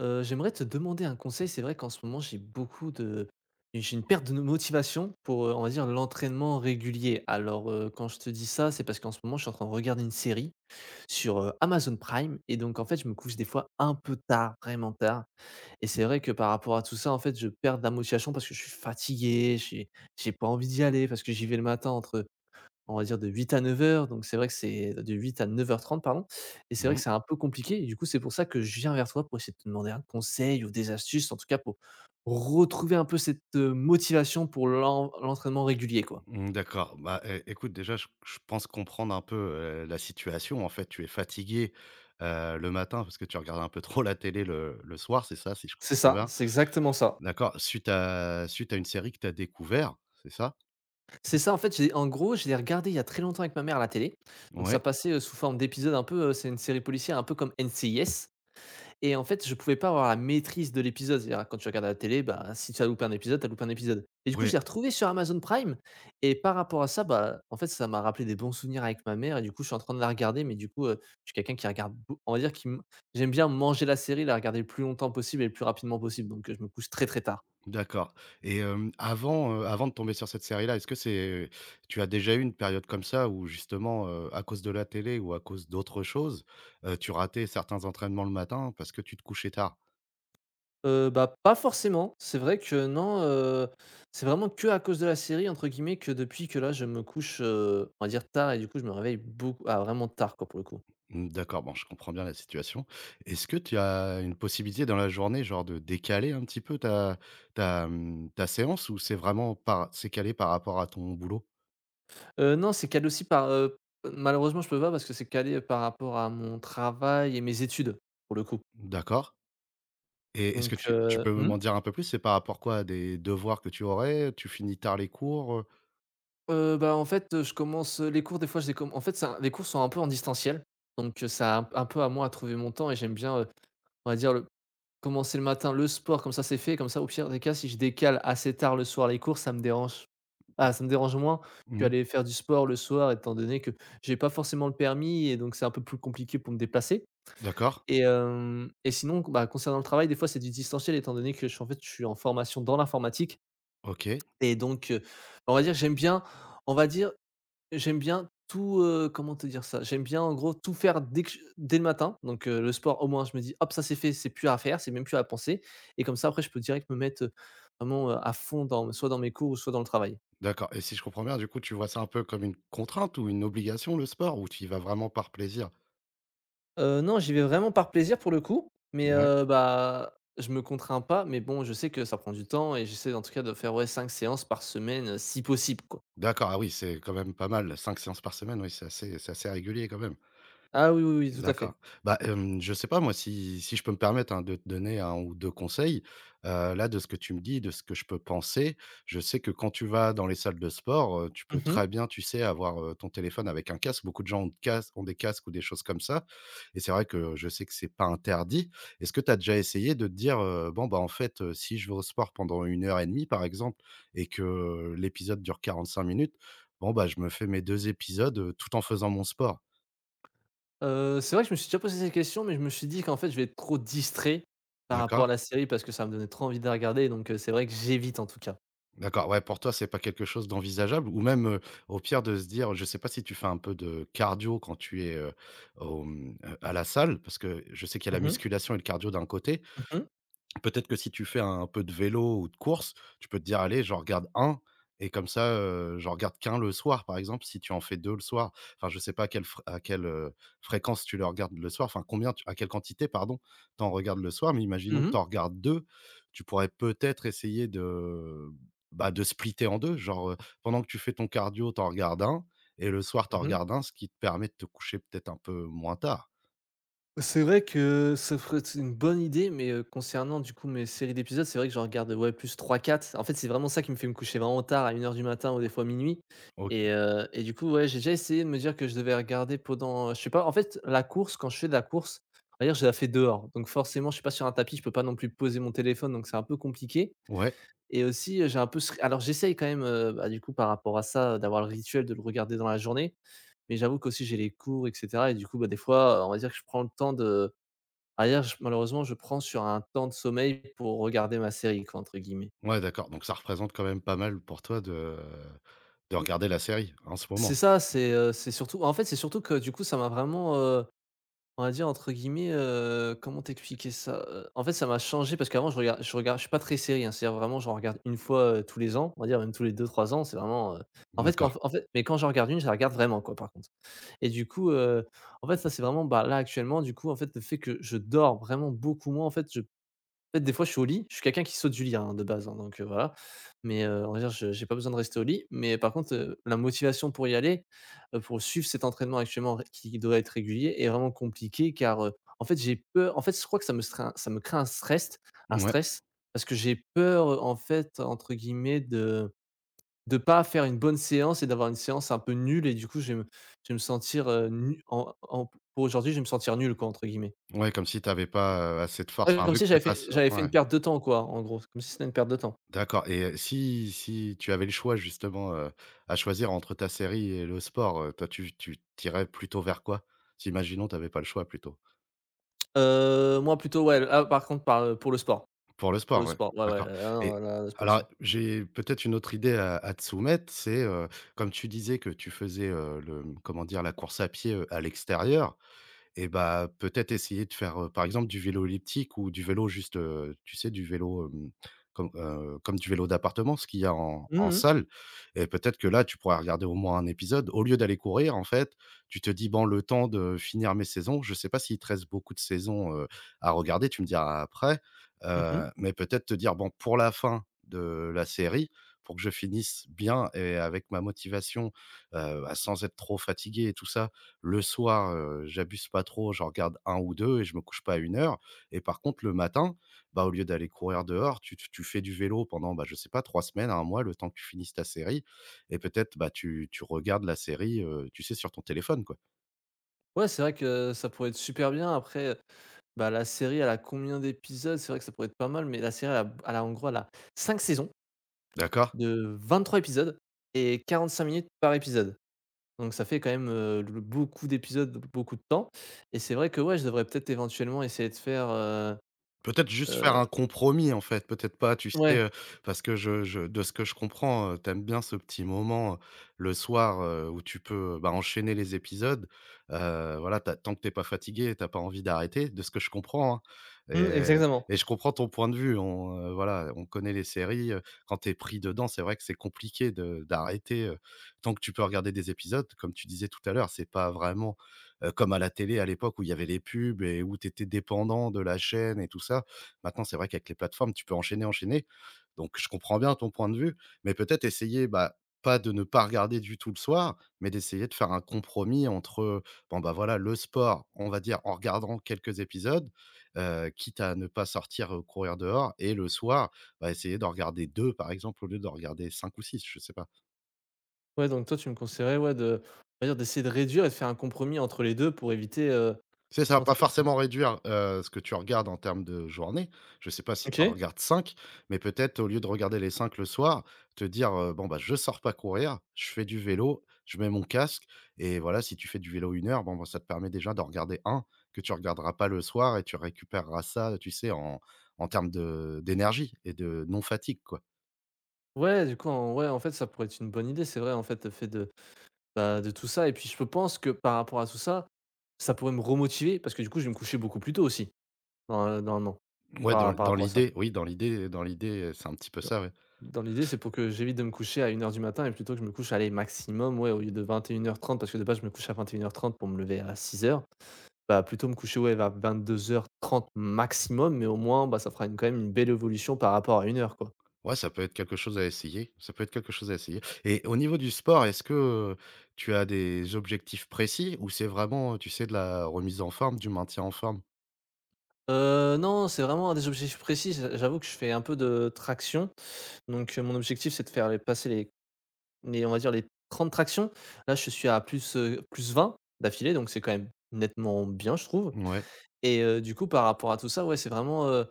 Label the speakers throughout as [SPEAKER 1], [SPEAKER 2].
[SPEAKER 1] J'aimerais te demander un conseil. C'est vrai qu'en ce moment, j'ai une perte de no motivation pour, on va dire l'entraînement régulier. Alors, quand je te dis ça, c'est parce qu'en ce moment, je suis en train de regarder une série sur, Amazon Prime. Et donc en fait, je me couche des fois un peu tard, vraiment tard. Et c'est vrai que par rapport à tout ça, en fait, je perds de la motivation parce que je suis fatigué, j'ai pas envie d'y aller parce que j'y vais le matin entre on va dire de 8 à 9 heures, donc c'est vrai que c'est de 8 h à 9 h 30, pardon. Et c'est vrai que
[SPEAKER 2] Mmh.
[SPEAKER 1] c'est un peu compliqué et du coup, c'est pour ça que je viens vers toi pour essayer de te demander un conseil ou des astuces, en tout cas pour retrouver un peu cette, motivation pour l'entraînement régulier, quoi.
[SPEAKER 2] Mmh, d'accord. Bah, é écoute, déjà, je pense comprendre un peu, la situation. En fait, tu es fatigué, le matin parce que tu regardes un peu trop la télé le soir, c'est ça, si je
[SPEAKER 1] C'est
[SPEAKER 2] comprends
[SPEAKER 1] ça,
[SPEAKER 2] bien?
[SPEAKER 1] c'est exactement ça.
[SPEAKER 2] D'accord, suite à une série que tu as découvert, c'est ça?
[SPEAKER 1] C'est ça, en fait, j'ai en gros, je l'ai regardé il y a très longtemps avec ma mère à la télé, donc ça
[SPEAKER 2] Ouais,
[SPEAKER 1] passait, sous forme d'épisodes un peu, c'est une série policière un peu comme NCIS. Et en fait, je pouvais pas avoir la maîtrise de l'épisode. C'est-à-dire, quand tu regardes à la télé, bah, si tu as loupé un épisode, tu as loupé un épisode. Et du coup, je
[SPEAKER 2] ouais,
[SPEAKER 1] l'ai retrouvé sur Amazon Prime. Et par rapport à ça, bah, en fait, ça m'a rappelé des bons souvenirs avec ma mère. Et du coup, je suis en train de la regarder. Mais du coup, je suis quelqu'un qui regarde, on va dire, j'aime bien manger la série, la regarder le plus longtemps possible et le plus rapidement possible. Donc, je me couche très, très tard.
[SPEAKER 2] d'accord et avant de tomber sur cette série-là, est-ce que c'est tu as déjà eu une période comme ça où justement, à cause de la télé ou à cause d'autres choses, tu ratais certains entraînements le matin parce que tu te couchais tard?
[SPEAKER 1] Bah, pas forcément. C'est vrai que non, c'est vraiment que à cause de la série, entre guillemets, que depuis que là, je me couche, on va dire, tard. Et du coup, je me réveille beaucoup, ah, vraiment tard, quoi, pour le coup.
[SPEAKER 2] Mmh, d'accord, bon, je comprends bien la situation. Est-ce que tu as une possibilité dans la journée, genre, de décaler un petit peu ta ta séance ou c'est vraiment par c'est calé par rapport à ton boulot?
[SPEAKER 1] Non, c'est calé aussi malheureusement, je peux pas parce que c'est calé par rapport à mon travail et mes études, pour le coup.
[SPEAKER 2] D'accord et est-ce que
[SPEAKER 1] Donc,
[SPEAKER 2] tu peux
[SPEAKER 1] mmh?
[SPEAKER 2] m'en dire un peu plus? C'est par rapport quoi? À des devoirs que tu aurais? Tu finis tard les cours?
[SPEAKER 1] Bah, en fait, les cours des fois je les comm en fait, ça, les cours sont un peu en distanciel, donc ça a un peu à moi à trouver mon temps et j'aime bien, on va dire le commencer le matin, le sport, comme ça c'est fait, comme ça, au pire des cas, si je décale assez tard le soir les cours, ça me dérange ah, ça me dérange moins
[SPEAKER 2] Mmh.
[SPEAKER 1] qu'aller faire du sport le soir étant donné que j'ai pas forcément le permis et donc c'est un peu plus compliqué pour me déplacer.
[SPEAKER 2] D'accord,
[SPEAKER 1] Et hem, et sinon, bah, concernant le travail, des fois, c'est du distanciel étant donné que je suis en fait, je suis en formation dans l'informatique
[SPEAKER 2] OK,
[SPEAKER 1] et donc on va dire, on va dire, j'aime bien tout, comment te dire ça? J'aime bien en gros tout faire dès que je dès le matin donc le sport au moins je me dis: «Hop, ça c'est fait, c'est plus à faire, c'est même plus à penser» et comme ça après je peux direct me mettre, vraiment, à fond dans soit dans mes cours ou soit dans le travail.
[SPEAKER 2] d'accord et si je comprends bien, du coup, tu vois ça un peu comme une contrainte ou une obligation, le sport, ou tu y vas vraiment par plaisir?
[SPEAKER 1] Non, j'y vais vraiment par plaisir pour le coup, mais
[SPEAKER 2] Ouais,
[SPEAKER 1] bah, je me contrains pas, mais bon, je sais que ça prend du temps et j'essaie en tout cas de faire, ouais, 5 séances par semaine, si possible, quoi.
[SPEAKER 2] d'accord, ah oui, c'est quand même pas mal, 5 séances par semaine, oui, c'est assez régulier quand même.
[SPEAKER 1] Ah oui, oui, oui, tout à fait.
[SPEAKER 2] D'accord. Bah, je sais pas moi si je peux me permettre, hein, de te donner un ou 2 conseils. Là, de ce que tu me dis, de ce que je peux penser, je sais que quand tu vas dans les salles de sport, tu peux
[SPEAKER 1] Mmh mh.
[SPEAKER 2] très bien, tu sais, avoir, ton téléphone avec un casque. Beaucoup de gens ont des casques ou des choses comme ça et c'est vrai que je sais que c'est pas interdit. Est-ce que tu as déjà essayé de te dire: «Bon, bah, en fait, si je vais au sport pendant 1 h 30 par exemple et que l'épisode dure 45 minutes, bon, bah, je me fais mes 2 épisodes, tout en faisant mon sport».
[SPEAKER 1] C'est vrai que je me suis déjà posé cette question, mais je me suis dit qu'en fait, je vais être trop distrait par rapport à
[SPEAKER 2] D'accord?
[SPEAKER 1] la série parce que ça me donnait trop envie de la regarder, donc c'est vrai que j'évite en tout cas.
[SPEAKER 2] D'accord, ouais, pour toi, c'est pas quelque chose d'envisageable ou même, au pire de se dire je sais pas si tu fais un peu de cardio quand tu es, à la salle? Parce que je sais qu'il y a la
[SPEAKER 1] Mmh mh.
[SPEAKER 2] musculation et le cardio d'un côté,
[SPEAKER 1] Mmh mh.
[SPEAKER 2] peut-être que si tu fais un peu de vélo ou de course, tu peux te dire: «Allez, j'en regarde un, et comme ça, j'en regarde qu'un le soir», par exemple, si tu en fais 2 le soir. Enfin, je sais pas à quelle, fréquence tu le regardes le soir, enfin combien tu à quelle quantité, pardon, tu en regardes le soir, mais imaginons que tu
[SPEAKER 1] Mmh.
[SPEAKER 2] en regardes 2, tu pourrais peut-être essayer de, bah, de splitter en 2, genre, pendant que tu fais ton cardio, tu en regardes un, et le soir, tu en
[SPEAKER 1] Mmh.
[SPEAKER 2] regardes un, ce qui te permet de te coucher peut-être un peu moins tard.
[SPEAKER 1] C'est vrai que ça ferait c'est une bonne idée, mais concernant du coup mes séries d'épisodes, c'est vrai que j'en regarde, ouais, plus trois quatre. En fait, c'est vraiment ça qui me fait me coucher vraiment tard, à 1 h du matin ou des fois minuit. et
[SPEAKER 2] OK.
[SPEAKER 1] heu et du coup, ouais, j'ai déjà essayé de me dire que je devais regarder pendant, je sais pas, en fait, la course, quand je fais de la course, je la fais dehors, donc forcément, je suis pas sur un tapis, je peux pas non plus poser mon téléphone, donc c'est un peu compliqué.
[SPEAKER 2] Ouais.
[SPEAKER 1] Et aussi, j'ai un peu ce alors j'essaye quand même, bah, du coup, par rapport à ça, d'avoir le rituel de le regarder dans la journée, mais j'avoue qu'aussi j'ai les cours et cetera. Et du coup, bah, des fois, on va dire que je prends le temps de Arrière, je malheureusement, je prends sur un temps de sommeil pour regarder ma série, quoi, entre guillemets.
[SPEAKER 2] Ouais, d'accord, donc ça représente quand même pas mal pour toi de
[SPEAKER 1] Mmh,
[SPEAKER 2] regarder la série, en ce
[SPEAKER 1] c'est
[SPEAKER 2] moment?
[SPEAKER 1] ça, c'est surtout, en fait, c'est surtout que du coup, ça m'a vraiment, on va dire, entre guillemets, comment t'expliquer ça? En fait, ça m'a changé parce qu'avant je suis pas très série, hein. C'est-à-dire, vraiment j'en regarde une fois, tous les ans, on va dire même tous les deux, trois ans, c'est vraiment, en fait quand
[SPEAKER 2] D'accord.
[SPEAKER 1] en fait mais quand j'en regarde une, je la regarde vraiment, quoi, par contre. Et du coup, en fait, ça c'est vraiment, bah, là actuellement, du coup, en fait, le fait que je dors vraiment beaucoup moins. En fait, des fois, je suis au lit. Je suis quelqu'un qui saute du lit, hein, de base, hein, donc voilà. Mais on va dire, je j'ai pas besoin de rester au lit. Mais par contre, la motivation pour y aller, pour suivre cet entraînement actuellement ré qui doit être régulier est vraiment compliquée car, en fait, j'ai peur. En fait, je crois que ça me crée un stress un
[SPEAKER 2] Ouais,
[SPEAKER 1] stress parce que j'ai peur, en fait, entre guillemets, de pas faire une bonne séance et d'avoir une séance un peu nulle. Et du coup, je vais me sentir, nu en en pour aujourd'hui, je vais me sentir «nul», quoi, entre guillemets.
[SPEAKER 2] ouais, comme si tu avais pas, assez de force,
[SPEAKER 1] Ouais,
[SPEAKER 2] enfin,
[SPEAKER 1] comme
[SPEAKER 2] vu
[SPEAKER 1] si
[SPEAKER 2] que tu
[SPEAKER 1] j'avais
[SPEAKER 2] es pas
[SPEAKER 1] fait
[SPEAKER 2] seu
[SPEAKER 1] j'avais fait une
[SPEAKER 2] ouais,
[SPEAKER 1] perte de temps, quoi, en gros, comme si c'était une perte de temps.
[SPEAKER 2] d'accord et si tu avais le choix justement, à choisir entre ta série et le sport, toi tu irais plutôt vers quoi? Si imaginons tu avais pas le choix plutôt.
[SPEAKER 1] Moi plutôt, ouais, là par contre
[SPEAKER 2] Pour le
[SPEAKER 1] pour le
[SPEAKER 2] sport, ouais,
[SPEAKER 1] sport, ouais, ouais,
[SPEAKER 2] d'accord
[SPEAKER 1] là là
[SPEAKER 2] et
[SPEAKER 1] là là, c'est pour le
[SPEAKER 2] alors
[SPEAKER 1] sport.
[SPEAKER 2] j'ai peut-être une autre idée à te soumettre, c'est, comme tu disais que tu faisais, comment dire? La course à pied, à l'extérieur. Et bah, peut-être essayer de faire, par exemple, du vélo elliptique ou du vélo juste, tu sais, du vélo, comme du vélo d'appartement, ce qu'il y a en
[SPEAKER 1] Mmh mh.
[SPEAKER 2] salle et peut-être que là, tu pourras regarder au moins un épisode. Au lieu d'aller courir, en fait, tu te dis: «Bon, le temps de finir mes saisons», je sais pas s'il te reste beaucoup de saisons, à regarder, tu me diras après,
[SPEAKER 1] Mmh mh.
[SPEAKER 2] mais peut-être te dire: «Bon, pour la fin de la série, pour que je finisse bien et avec ma motivation, bah, sans être trop fatigué et tout ça, le soir, j'abuse pas trop, j'en regarde un ou 2 et je me couche pas à 1 h. Et par contre le matin, bah, au lieu d'aller courir dehors, tu fais du vélo pendant, bah, je sais pas 3 semaines, un mois, le temps que tu finisses ta série et peut-être, bah, tu regardes la série, tu sais, sur ton téléphone, quoi.
[SPEAKER 1] Ouais, c'est vrai que ça pourrait être super bien après, bah, la série, elle a combien d'épisodes? C'est vrai que ça pourrait être pas mal, mais la série, elle a elle a en gros, elle a 5 saisons
[SPEAKER 2] D'accord.
[SPEAKER 1] de 23 épisodes et 45 minutes par épisode. Donc ça fait quand même, le beaucoup d'épisodes, b beaucoup de temps. Et c'est vrai que ouais, je devrais peut-être éventuellement essayer de faire,
[SPEAKER 2] Peut-être juste faire
[SPEAKER 1] heu
[SPEAKER 2] un compromis, en fait, peut-être pas, tu sais,
[SPEAKER 1] ouais.
[SPEAKER 2] parce que je de ce que je comprends, tu bien ce petit moment, le soir, où tu peux, bah, enchaîner les épisodes. Voilà, tu tant que t'es pas fatigué, t'as pas envie d'arrêter, de ce que je comprends, hein,
[SPEAKER 1] Mmh,
[SPEAKER 2] et
[SPEAKER 1] exactement.
[SPEAKER 2] je comprends ton point de vue. Voilà, on connaît les séries, quand t'es pris dedans, c'est vrai que c'est compliqué de d'arrêter, tant que tu peux regarder des épisodes, comme tu disais tout à l'heure, c'est pas vraiment comme à la télé à l'époque où il y avait les pubs et où tu étais dépendant de la chaîne et tout ça. Maintenant, c'est vrai qu'avec les plateformes, tu peux enchaîner, enchaîner. Donc je comprends bien ton point de vue, mais peut-être essayer, bah, pas de ne pas regarder du tout le soir, mais d'essayer de faire un compromis entre, bon, bah, voilà, le sport, on va dire, en regardant quelques épisodes, quitte à ne pas sortir, courir dehors et le soir, bah, essayer d'en regarder 2 par exemple, au lieu d'en regarder 5 ou 6 je sais pas.
[SPEAKER 1] Ouais, donc toi, tu me conseillerais, ouais, de on va dire d'essayer de réduire et de faire un compromis entre les 2 pour éviter,
[SPEAKER 2] Tu sais, ça va
[SPEAKER 1] entre
[SPEAKER 2] pas
[SPEAKER 1] guillem
[SPEAKER 2] forcément réduire, ce que tu regardes en termes de journée. Je sais pas si tu en
[SPEAKER 1] OK.
[SPEAKER 2] regardes 5 mais peut-être au lieu de regarder les 5 le soir, te dire: «Bon, bah, je sors pas courir, je fais du vélo, je mets mon casque» et voilà, si tu fais du vélo 1 h, bon, bah, ça te permet déjà d'en regarder un que tu regarderas pas le soir et tu récupéreras ça, tu sais, en termes de d'énergie et de non fatigue, quoi.
[SPEAKER 1] Ouais, du coup, en ouais, en fait, ça pourrait être une bonne idée, c'est vrai, en fait, le fait de, bah, de tout ça et puis je pense que par rapport à tout ça, ça pourrait me remotiver parce que du coup, je vais me coucher beaucoup plus tôt aussi, dans normalement,
[SPEAKER 2] Mmh. Ouais, dans
[SPEAKER 1] par
[SPEAKER 2] dans
[SPEAKER 1] rapport à ça.
[SPEAKER 2] l'idée, oui, dans l'idée, c'est un petit peu
[SPEAKER 1] Dans
[SPEAKER 2] ça, ouais.
[SPEAKER 1] dans l'idée, c'est pour que j'évite de me coucher à 1 h du matin et plutôt que je me couche, allez, maximum, ouais, au lieu de 21:30 parce que de base, je me couche à 21:30 pour me lever à 6 heures. Bah, plutôt me coucher, ouais, vers 22:30 maximum, mais au moins, bah, ça fera une quand même une belle évolution par rapport à 1 h, quoi.
[SPEAKER 2] Ouais, ça peut être quelque chose à essayer, ça peut être quelque chose à essayer et au niveau du sport, est-ce que, heu, tu as des objectifs précis ou c'est vraiment, tu sais, de la remise en forme, du maintien en forme?
[SPEAKER 1] Non, c'est vraiment des objectifs précis. J'avoue que je fais un peu de traction, donc mon objectif, c'est de faire les passer les on va dire les 30 tractions. Là, je suis à plus, plus +20 d'affilée, donc c'est quand même nettement bien, je trouve.
[SPEAKER 2] Ouais.
[SPEAKER 1] Et du coup, par rapport à tout ça, ouais, c'est vraiment,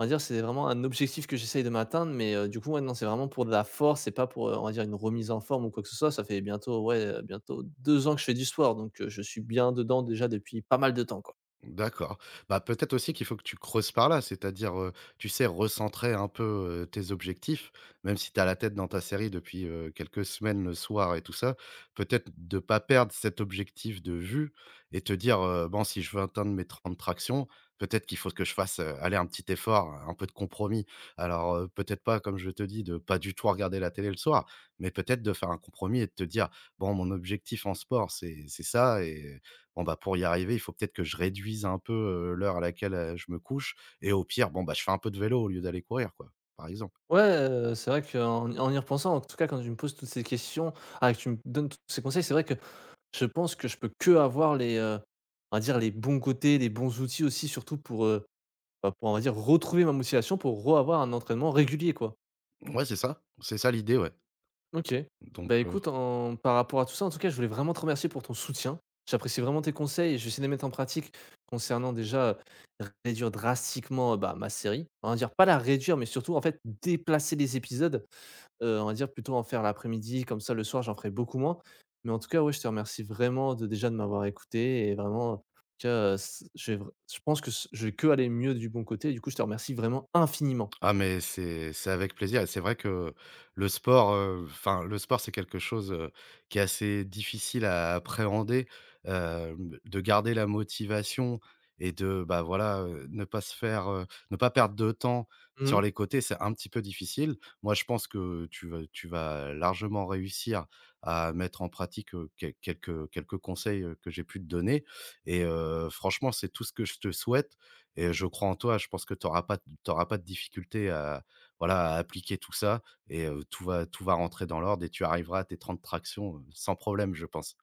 [SPEAKER 1] on va dire, c'est vraiment un objectif que j'essaye de m'atteindre, mais du coup, ouais, non, c'est vraiment pour de la force, c'est pas pour, on va dire, une remise en forme ou quoi que ce soit. Ça fait bientôt 2 ans que je fais du sport, donc je suis bien dedans déjà depuis pas mal de temps, quoi.
[SPEAKER 2] D'accord. Bah, peut-être aussi qu'il faut que tu creuses par là, c'est-à-dire, tu sais, recentrer un peu, tes objectifs, même si tu as la tête dans ta série depuis, quelques semaines le soir et tout ça. Peut-être de pas perdre cet objectif de vue et te dire: «Bon, si je veux atteindre mes 30 tractions, peut-être qu'il faut que je fasse, allez, un petit effort, un peu de compromis». Alors, peut-être pas, comme je te dis, de pas du tout regarder la télé le soir, mais peut-être de faire un compromis et de te dire: «Bon, mon objectif en sport, c'est ça et bon, bah, pour y arriver, il faut peut-être que je réduise un peu, l'heure à laquelle, je me couche et au pire, bon, bah, je fais un peu de vélo au lieu d'aller courir, quoi, par exemple.
[SPEAKER 1] Ouais, c'est vrai qu'en y repensant, en tout cas, quand tu me poses toutes ces questions, ah, que tu me donnes tous ces conseils, c'est vrai que je pense que je peux que avoir les, on va dire, les bons côtés, les bons outils aussi surtout pour, bah, pour, on va dire, retrouver ma motivation pour re-avoir un entraînement régulier, quoi.
[SPEAKER 2] Ouais, c'est ça l'idée, ouais,
[SPEAKER 1] OK.
[SPEAKER 2] donc.
[SPEAKER 1] Bah, écoute, en par rapport à tout ça, en tout cas, je voulais vraiment te remercier pour ton soutien. J'apprécie vraiment tes conseils et je vais essayer de les mettre en pratique concernant déjà, réduire drastiquement, bah, ma série. On va dire pas la réduire, mais surtout, en fait, déplacer les épisodes, on va dire plutôt en faire l'après-midi, comme ça le soir, j'en ferai beaucoup moins. Mais en tout cas, ouais, je te remercie vraiment de déjà de m'avoir écouté. Et vraiment, en tout cas, s je vais vr je pense que s je vais que aller mieux du bon côté. Du coup, je te remercie vraiment infiniment.
[SPEAKER 2] Ah, mais c'est avec plaisir et c'est vrai que le sport, enfin le sport c'est quelque chose, qui est assez difficile à appréhender, de garder la motivation et de, bah, voilà, ne pas perdre de temps sur
[SPEAKER 1] Mmh.
[SPEAKER 2] les côtés, c'est un petit peu difficile. Moi je pense que tu vas largement réussir à mettre en pratique, quelques conseils, que j'ai pu te donner et franchement c'est tout ce que je te souhaite et je crois en toi, je pense que tu auras pas de difficulté à, appliquer tout ça et tout va rentrer dans l'ordre et tu arriveras à tes 30 tractions, sans problème, je pense.